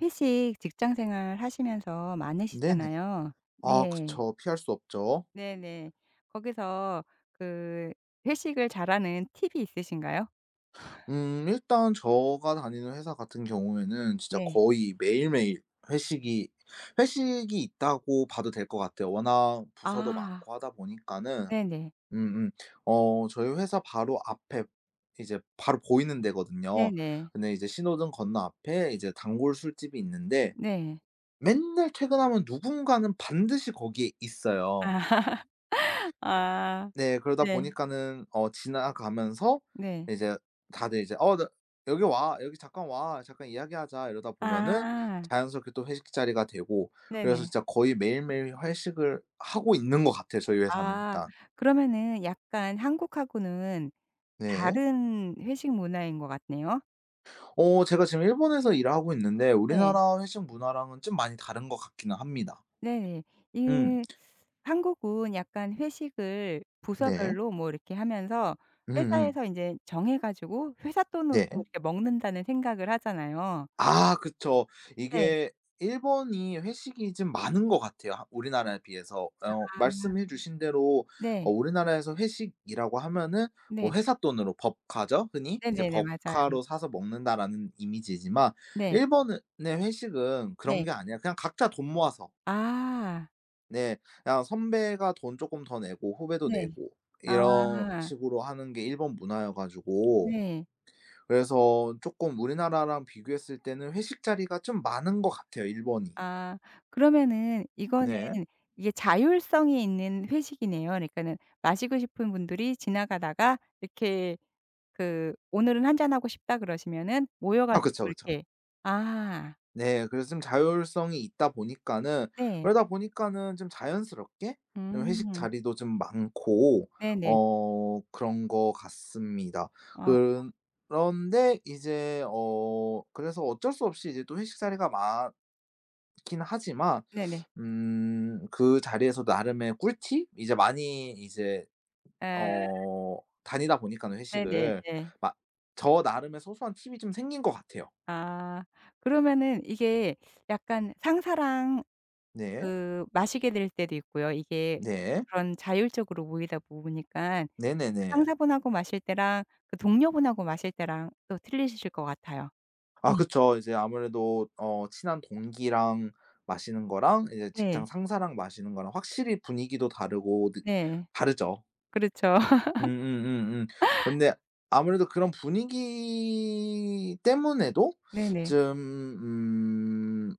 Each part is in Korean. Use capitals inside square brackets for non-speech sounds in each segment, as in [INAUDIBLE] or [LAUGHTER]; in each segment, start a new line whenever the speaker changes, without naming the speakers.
회식 직장 생활 하시면서
네네.
많으시잖아요.
아
네.
그쵸. 피할 수 없죠.
네네. 거기서 그 회식을 잘하는 팁이 있으신가요?
일단 제가 다니는 회사 같은 경우에는 진짜
네.
거의 매일매일 회식이 회식이 있다고 봐도 될 것 같아요. 워낙 부서도
아.
많고 하다 보니까는
네네.
음음 어 저희 회사 바로 앞에 이제 바로 보이는 데거든요.
네네.
근데 이제 신호등 건너 앞에 이제 단골 술집이 있는데
네.
맨날 퇴근하면 누군가는 반드시 거기에
아.
있어요.
[LAUGHS] 아.
네. 그러다
네.
보니까는 지나가면서
네.
이제 다들 이제 나 여기 와. 여기 잠깐 와. 잠깐 이야기하자." 이러다 보면은
아.
자연스럽게 또 회식 자리가 되고, 그래서
네네.
진짜 거의 매일매일 회식을 하고 있는 것 같아요, 저희 회사는
아.
일단.
그러면은 약간 한국하고는
네.
다른 회식 문화인 것 같네요.
어 제가 지금 일본에서 일하고 있는데
네.
우리나라 회식 문화랑은 좀 많이 다른 것 같기는 합니다.
네네.
음.
이 한국은 약간 회식을
네.
부서별로 뭐 이렇게 하면서
음음.
회사에서 인제 정해 가지고 회사 돈으로
네.
이렇게 먹는다는 생각을 하잖아요.
아 그쵸.
네.
이게 일본이 회식이 좀 많은 것 같아요 하 우리나라에 비해서. 어 말씀해 주신 대로
네.
우리나라에서 회식이라고 하면은 뭐
네.
회사 돈으로 법카죠 흔히. 이제
네네네. 맞아요.
'법카로 사서 먹는다.'라는 이미지지만,
네.
일본의 회식은 그런
네.
게 아니라 그냥 각자 돈 모아서,
아.
네, 그냥 선배가 돈 조금 더 내고 후배도
네.
내고 이런
아.
식으로 하는 게 일본 문화여 가지고,
네.
그래서 쪼끔 우리나라랑 비교했을 때는 회식 자리가 좀 많은 것 같아요 일본이.
아. 그러면은 이거는
네.
이게 자율성이 있는 회식이네요. 그러니까는 마시고 싶은 분들이 지나가다가 이렇게 그 "오늘은 한잔하고 싶다." 그러시면은 모여
아 그쵸,
가지고
그쵸.
이렇게 아
네. 그래서 좀 자율성이 있다 보니까는,
네.
그러다 보니까는 좀 자연스럽게 좀 회식
음.
자리도 좀 많고
네네.
그런 것 같습니다.
아
그 그런데 이제 그래서 어쩔 수 없이 이제 또 회식 자리가 많긴 하지만,
네네.
음 그 자리에서 나름의 꿀팁 이제 많이
아
어 다니다 보니까는
네네
회식을
네.
막 저 나름의 소소한 팁이 좀 생긴 것 같아요.
아 그러면은 이게 약간 상사랑
네.
그 마시게 될 때도 있고요. 이게
네.
그런 자율적으로 모이다 보니깐 그
네네네.
상사분하고 마실 때랑 그 동료분하고 마실 때랑 또 틀리실 것 같아요.
아
네.
그쵸. 이제 아무래도 친한 동기랑 마시는 거랑 이제 직장
네.
상사랑 마시는 거랑 확실히 분위기도 다르고 느
네.
다르죠.
그렇죠. [LAUGHS]
음음음음. 근데 아무래도 그런 분위기 때문에도
네네.
좀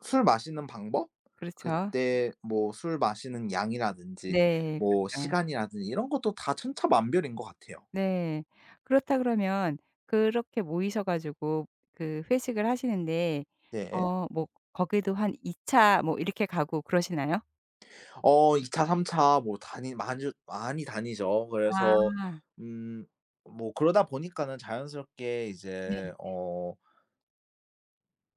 술 마시는 방법?
그렇죠.
그때 뭐 술 마시는 양이라든지
네.
뭐
그렇죠.
시간이라든지 이런 것도 다 천차만별인 것 같아요.
네. 그렇다 그러면 그렇게 모이셔 가지고 그 회식을 하시는데
네.
어 뭐 거기도 한 2차 뭐 이렇게 가고 그러시나요?
어 2 차 3 차 뭐 다니 많이 많이 다니죠.
아.
그래서 음 뭐 그러다 보니까는 자연스럽게
네.
이제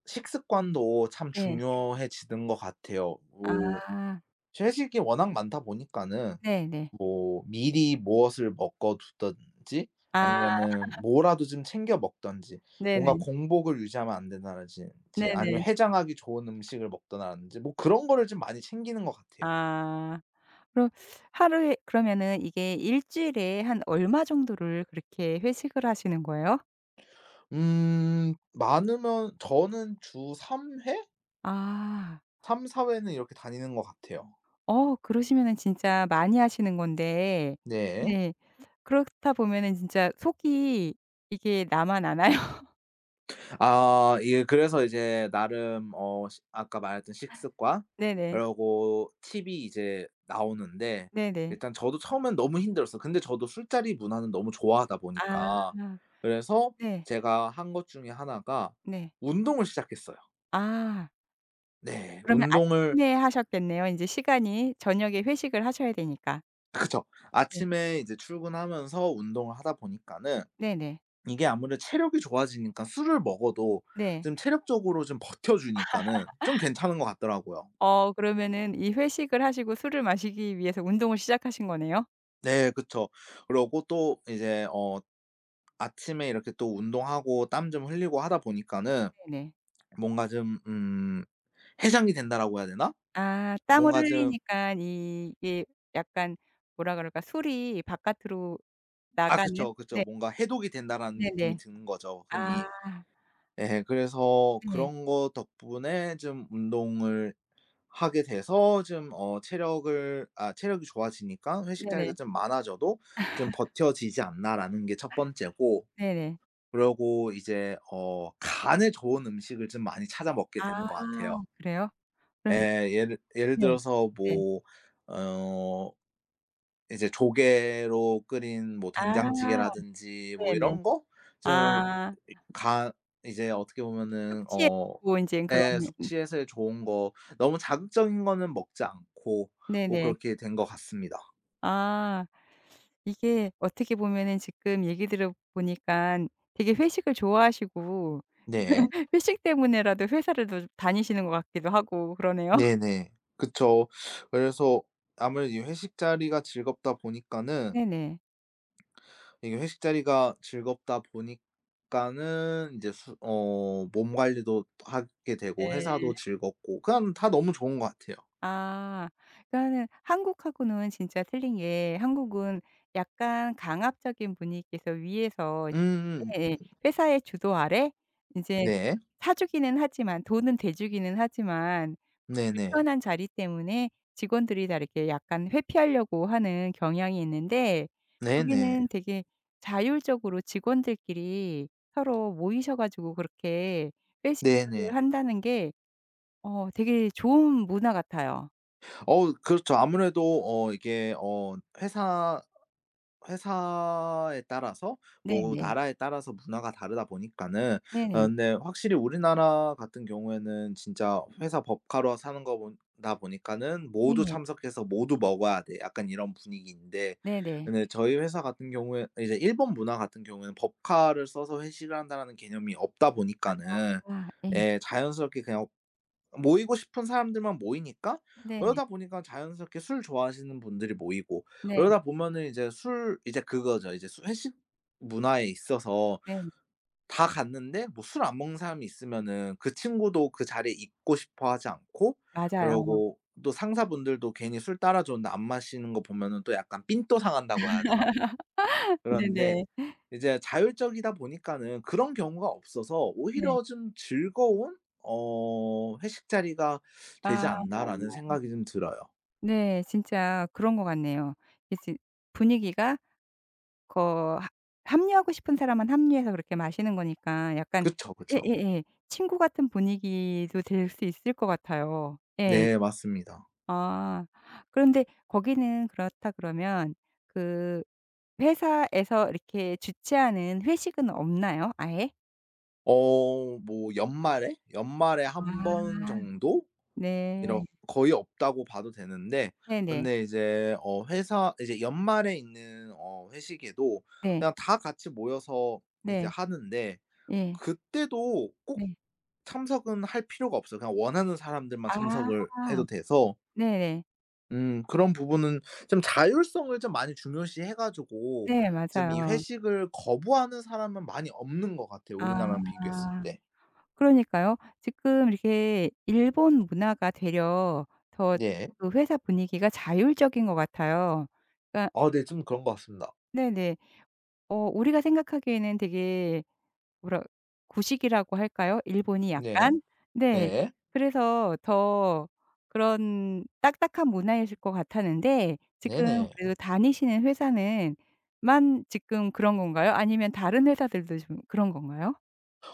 식습관도 참
네.
중요해지는 것 같아요. 뭐
아.
채식이 워낙 많다 보니까는
네 네.
뭐 미리 무엇을 먹어 두든지,
아
아니면은 뭐라도 좀 챙겨 먹든지,
네
뭔가
네.
공복을 유지하면 안 된다든지, 아니면
네네.
해장하기 좋은 음식을 먹든다든지 뭐 그런 거를 좀 많이 챙기는 것 같아요.
아. 그럼 하루에 그러면은 이게 일 주일에 한 얼마 정도를 그렇게 회식을 하시는 거예요?
많으면 저는 주 3 회?
아.
3~4 회는 이렇게 다니는 것 같아요.
어 그러시면은 진짜 많이 하시는 건데
네.
네. 그렇다 보면은 진짜 속이 이게 나만 아나요? [LAUGHS]
아 예 그래서 이제 나름 어 시 아까 말했던 식습관
네네.
그러고 팁이 이제 나오는데,
네네.
일단 저도 처음엔 너무 힘들었어요. 근데 저도 술자리 문화는 너무 좋아하다
아.
보니까, 그래서
네.
제가 한 것 중에 하나가
네.
운동을 시작했어요.
아.
네.
그러면
운동을
아침에 하셨겠네요, 인제 시간이. 저녁에 회식을 하셔야 되니까.
[LAUGHS] 그쵸.
네.
아침에 이제 출근하면서 운동을 하다 보니까는
네네.
이게 아무래도 체력이 좋아지니까 술을 먹어도
네.
좀 체력적으로 좀 버텨 주니까는 좀 괜찮은 것 같더라고요.
어 그러면은 이 회식을 하시고 술을 마시기 위해서 운동을 시작하신 거네요?
네 그쵸. 그러고 또 이제 아침에 이렇게 또 운동하고 땀 좀 흘리고 하다 보니까는
네네.
뭔가 좀 '해장이 된다.'라고 해야 되나?
아 땀을
뭔가 좀
흘리니까 이게 약간 뭐라 그럴까? 술이 바깥으로
아
나가는
그쵸, 그쵸.
네.
뭔가 '해독이 된다.'라는 느낌이
네네.
드는 거죠,
아.
흔히. 예 그래서
네.
그런 거 덕분에 좀 운동을 하게 돼서 좀 어 체력을 아 체력이 좋아지니까 '회식 자리가
네네.
좀 많아져도 좀 버텨지지 않나.'라는 게 첫 번째고,
네네.
그러고 이제 간에 좋은 음식을 좀 많이 찾아 먹게
아
되는 것 같아요.
그래요?
예.
그러면
예를
네.
들어서
네.
뭐 어 이제 조개로 끓인 뭐
아
된장찌개라든지 뭐
네네.
이런 거 좀
아
간 이제 어떻게 보면은
숙취에 좋고 인제 그런
예
음
숙취해소에 좋은 거, 너무 자극적인 거는 먹지 않고 뭐
네네.
그렇게 된 것 같습니다.
아 이게 어떻게 보면은 지금 얘기 들어 보니깐 되게 회식을 좋아하시고
네.
회식 때문에라도 회사를 더 다니시는 것 같기도 하고 그러네요. [LAUGHS]
네네. 그쵸. 그래서 아무래도 이 회식 자리가 즐겁다 보니까는,
네네.
이제 수 어 몸 관리도 하게 되고 회사도
예.
즐겁고 그냥 다 너무 좋은 것 같아요.
아. 그러니까는 한국하고는 진짜 틀린 게 한국은 약간 강압적인 분위기에서 위에서
음음.
예예. 회사의 주도 아래 이제
네.
사주기는 하지만 돈은 대주기는 하지만 그
네네.
불편한 자리 때문에 직원들이 다 이렇게 약간 회피하려고 하는 경향이 있는데
네네.
여기는 되게 자율적으로 직원들끼리 서로 모이셔 가지고 그렇게
네네.
회식을 한다는 게 어 되게 좋은 문화 같아요.
어 그렇죠. 아무래도 어 이게 어 회사 회사에 따라서 뭐
네네.
나라에 따라서 문화가 다르다 보니까는,
네네.
근데 확실히 우리나라 같은 경우에는 진짜 회사 법카로 사는 거다 보니까는 모두
네.
참석해서 모두 먹어야 돼. 약간 이런 분위기인데,
네네.
근데 저희 회사 같은 경우에 이제 일본 문화 같은 경우에는 법카를 써서 회식을 한다라는 개념이 없다 보니까는,
아 예.
예 자연스럽게 그냥 모이고 싶은 사람들만 모이니까,
네.
그러다 보니까 자연스럽게 술 좋아하시는 분들이 모이고,
네.
그러다 보면은 이제 술 이제 그거죠. 이제 술 회식 문화에 있어서
네.
다 갔는데 뭐 술 안 먹는 사람이 있으면은 그 친구도 그 자리에 있고 싶어 하지 않고,
맞아요.
그러고 또 상사분들도 괜히 술 따라 줬는데 안 마시는 거 보면은 또 약간 삔또 상한다고 해야 되나? 그런데
네네.
이제 자율적이다 보니까는 그런 경우가 없어서
네.
오히려 좀 즐거운 '회식 자리가 되지
아
않나.'라는 생각이 좀 들어요.
네. 진짜 그런 것 같네요. 이제 분위기가 거 합 합류하고 싶은 사람만 합류해서 그렇게 마시는 거니까 약간
그쵸, 그쵸.
예예예. 친구 같은 분위기도 될 수 있을 것 같아요. 예.
네 맞습니다.
아 그런데 거기는 그렇다 그러면 그 회사에서 이렇게 주최하는 회식은 없나요? 아예?
뭐 연말에
아.
한 번 정도? 이
네.
런 거의 없다고 봐도 되는데,
네네.
근데 이제 어 회사 이제 연말에 있는 회식에도
네.
그냥 다 같이 모여서 이제
네.
하는데,
예.
그때도 꼭
네.
참석은 할 필요가 없어요. 그냥 원하는 사람들만
아.
참석을 해도 돼서,
네네.
그런 부분은 좀 자율성을 좀 많이 중요시해 가지고
네
좀 이
맞아요.
회식을 거부하는 사람은 많이 없는 것 같아요,
아.
우리나라랑 비교했을 때.
그러니까요. 지금 이렇게 일본 문화가 되려 더
네.
그 회사 분위기가 자율적인 것 같아요. 그러니까
아 네 좀 그런 것 같습니다.
네네. 어 우리가 생각하기에는 되게 뭐라 구식이라고 할까요? 일본이
네.
약간? 네.
네.
그래서 더 그런 딱딱한 문화이실 것 같았는데 지금
네네.
그래도 다니시는 회사는 만 지금 그런 건가요? 아니면 다른 회사들도 좀 그런 건가요?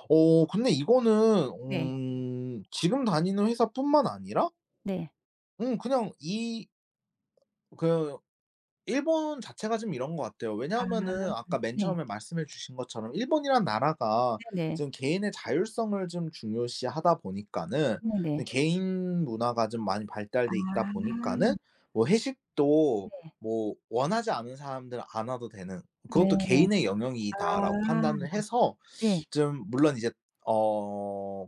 어 근데 이거는
네.
지금 다니는 회사뿐만 아니라
네.
그냥 이그 일본 자체가 좀 이런 것 같아요.
아
왜냐하면은 아까 맨
네.
처음에 말씀해 주신 것처럼 일본이란 나라가
네 네.
지금 개인의 자율성을 좀 중요시하다 보니까는 이제
네네.
개인 문화가 좀 많이 발달돼 있다
아.
보니까는 뭐 회식도
네.
뭐 원하지 않은 사람들은 안 와도 되는, 그것도
네.
'개인의
아.
영역이다.'라고 판단을 해서,
예.
좀 물론 이제 어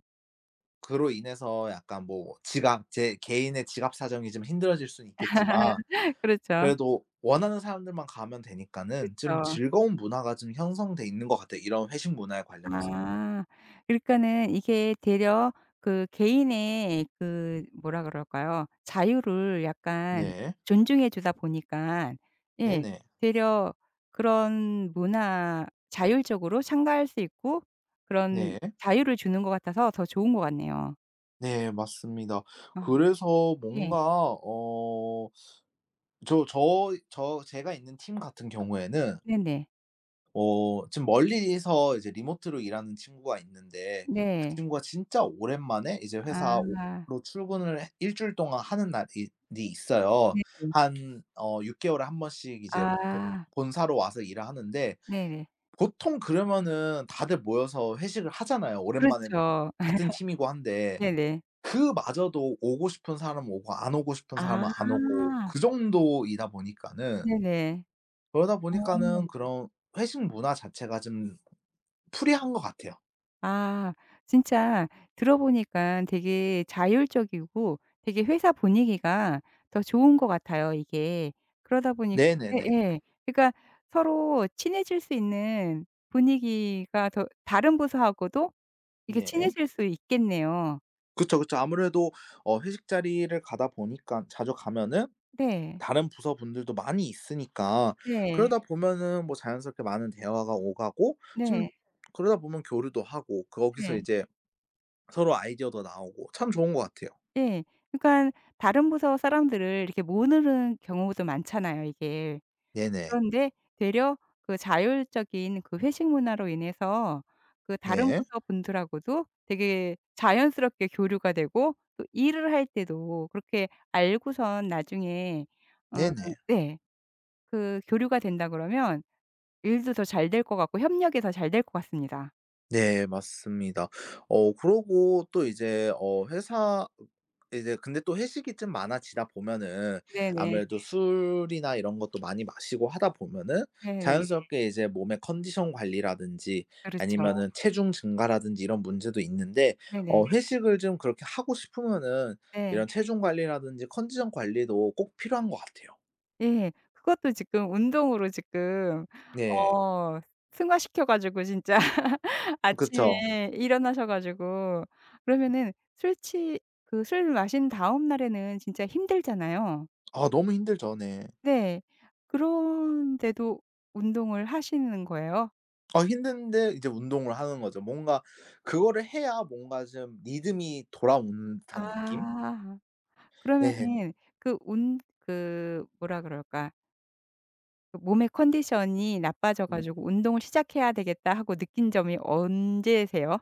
그로 인해서 약간 뭐 지갑 제 개인의 지갑 사정이 좀 힘들어질 수는 있겠지만,
[LAUGHS] 그렇죠.
그래도 원하는 사람들만 가면 되니까는 좀
그렇죠.
즐거운 문화가 좀 형성돼 있는 것 같아요, 이런 회식 문화에 관련해서는.
아. 그러니까는 이게 되려 그 개인의 그 뭐라 그럴까요? 자유를 약간
네.
존중해 주다 보니까 예
네네.
되려 그런 문화 자율적으로 참가할 수 있고 그런
네.
자유를 주는 것 같아서 더 좋은 것 같네요.
네 맞습니다.
아
그래서
예.
뭔가 어 제가 있는 팀 같은 경우에는
네네.
지금 멀리서 이제 리모트로 일하는 친구가 있는데, 그
네.
친구가 진짜 오랜만에 이제
아.
회사 로 출근을 해 주일 동안 하는 날이 이 있어요.
네네.
한 어 6 개월에 한 번씩 이제 복
아.
본사로 와서 일을 하는데,
네네.
보통 그러면은 다들 모여서 회식을 하잖아요, 오랜만에
그렇죠. [LAUGHS]
같은 팀이고 한데.
네네.
그마저도 오고 싶은 사람은 오고 안 오고 싶은
아.
사람은 안 오고 그 정도이다 보니까는,
네네.
그러다
어.
보니까는 그런 회식 문화 자체가 좀 풀이한 것 같아요.
아 진짜 들어 보니까 되게 자율적이고 되게 회사 분위기가 더 좋은 것 같아요 이게. 그러다 보니
네네네.
예예. 그러니까 서로 친해질 수 있는 분위기가 더 다른 부서하고도 이게
네.
친해질 수 있겠네요.
그쵸, 그쵸. 아무래도 회식 자리를 가다 보니까 자주 가면은
네.
다른 부서 분들도 많이 있으니까
네.
그러다 네. 보면은 뭐 자연스럽게 많은 대화가 오가고 좀
네.
그러다 보면 교류도 하고 거기서
네.
이제 서로 아이디어도 나오고 참 좋은 것 같아요.
예. 그러니까 다른 부서 사람들을 이렇게 모르는 경우도 많잖아요 이게.
네네.
그런데 되려 그 자율적인 그 회식 문화로 인해서 그 다른
네.
부서 분들하고도 되게 자연스럽게 교류가 되고 또 일을 할 때도 그렇게 알고선 나중에 어
네네.
네 그 교류가 된다 그러면 일도 더 잘 될 것 같고 협력이 더 잘 될 것 같습니다.
네 맞습니다. 그러고 또 이제 어 회사 이제 근데 또 회식이 좀 많아지다 보면은
네네.
아무래도 술이나 이런 것도 많이 마시고 하다 보면은
네네.
자연스럽게 이제 몸의 컨디션 관리라든지
그렇죠.
아니면은 체중 증가라든지 이런 문제도 있는데,
네네.
회식을 좀 그렇게 하고 싶으면은 이런
네.
체중 관리라든지 컨디션 관리도 꼭 필요한 것 같아요.
예. 그것도 지금 운동으로 지금
네.
어 승화시켜 가지고 진짜 [LAUGHS]
그쵸.
아침에 일어나셔 가지고 그러면은 술 취 그 술 마신 다음 날에는 진짜 힘들잖아요.
아 너무 힘들죠. 네.
네. 그런데도 운동을 하시는 거예요?
어 힘든데 이제 운동을 하는 거죠. 뭔가 그거를 해야 뭔가 좀 리듬이 돌아오는 듯한 느낌?
아.
네.
그러면은 그 운 그 뭐라 그럴까? 그 몸의 컨디션이 나빠져
음.
가지고 '운동을 시작해야 되겠다.' 하고 느낀 점이 언제세요?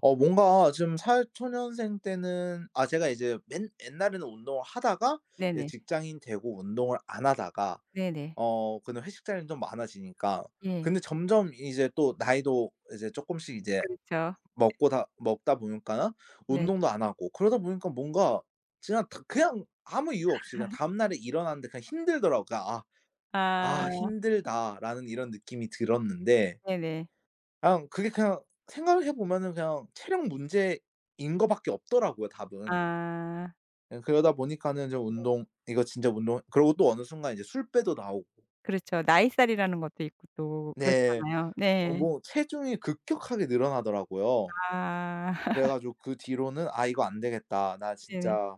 어 뭔가 좀 사회초년생 때는 아 제가 이제 맨 옛날에는 운동을 하다가 이제
네네.
직장인 되고 운동을 안 하다가
네네.
근데 회식 자리는 좀 많아지니까,
예.
근데 점점 이제 또 나이도 이제 쪼끔씩 이제
그렇죠.
먹고 다 먹다 보니까는
네.
운동도 안 하고 그러다 보니까 뭔가 그냥 다 그냥 아무 이유 없이 그냥 다음날에 일어났는데 그냥 힘들더라고요. 그러니까 '아
아
힘들다.'라는 이런 느낌이 들었는데
네네.
그냥 그게 그냥 생각해 보면은 그냥 체력 문제인 거 밖에 없더라고요 답은.
아
예 그러다 보니까는 좀 운동 이거 진짜 운동, 그러고 또 어느 순간 이제 술 빼도 나오고
그렇죠. 나이살이라는 것도 있고 또
네.
그렇잖아요.
어
네.
뭐 체중이 급격하게 늘어나더라고요.
아
그래
[LAUGHS]
가지고 그 뒤로는 '아 이거 안 되겠다. 나
네네.
진짜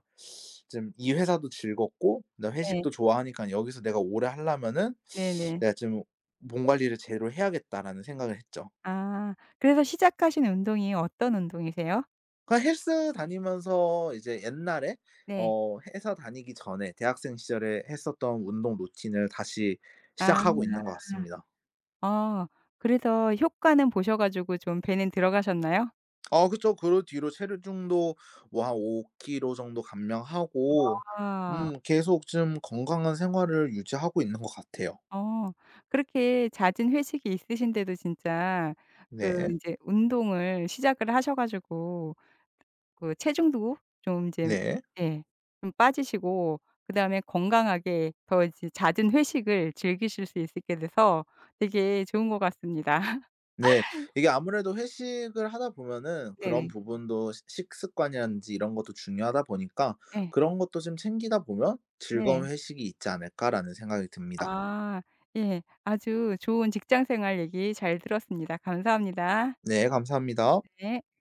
좀 이 회사도 즐겁고 나
네.
회식도 좋아하니깐 여기서 내가 오래 하려면은
네네.
내가 좀 몸 관리를 제대로 해야겠다.'라는 생각을 했죠.
아 그래서 시작하신 운동이 어떤 운동이세요?
그 헬스 다니면서 이제 옛날에
네.
어 회사 다니기 전에 대학생 시절에 했었던 운동 루틴을 다시
아.
시작하고 있는 것 같습니다.
어 그래서 효과는 보셔 가지고 좀 배는 들어가셨나요?
아 그쵸. 그 뒤로 체중도 뭐 한5 k 로 정도 감량하고
아.
계속 좀 건강한 생활을 유지하고 있는 것 같아요.
어. 그렇게 잦은 회식이 있으신데도 진짜 그
네.
인제 운동을 시작을 하셔 가지고 그 체중도 좀 이제
네.
예 좀 빠지시고 그다음에 건강하게 더 이제 잦은 회식을 즐기실 수 있게 돼서 되게 좋은 것 같습니다. [LAUGHS]
네. 이게 아무래도 회식을 하다 보면은 그런
네네.
부분도 식 식습관이라든지 이런 것도 중요하다 보니까
네
그런 것도 좀 챙기다 보면
네.
'즐거운 회식이 있지 않을까.'라는 생각이 듭니다.
아 예. 아주 좋은 직장 생활 얘기 잘 들었습니다. 감사합니다.
네 감사합니다.
네.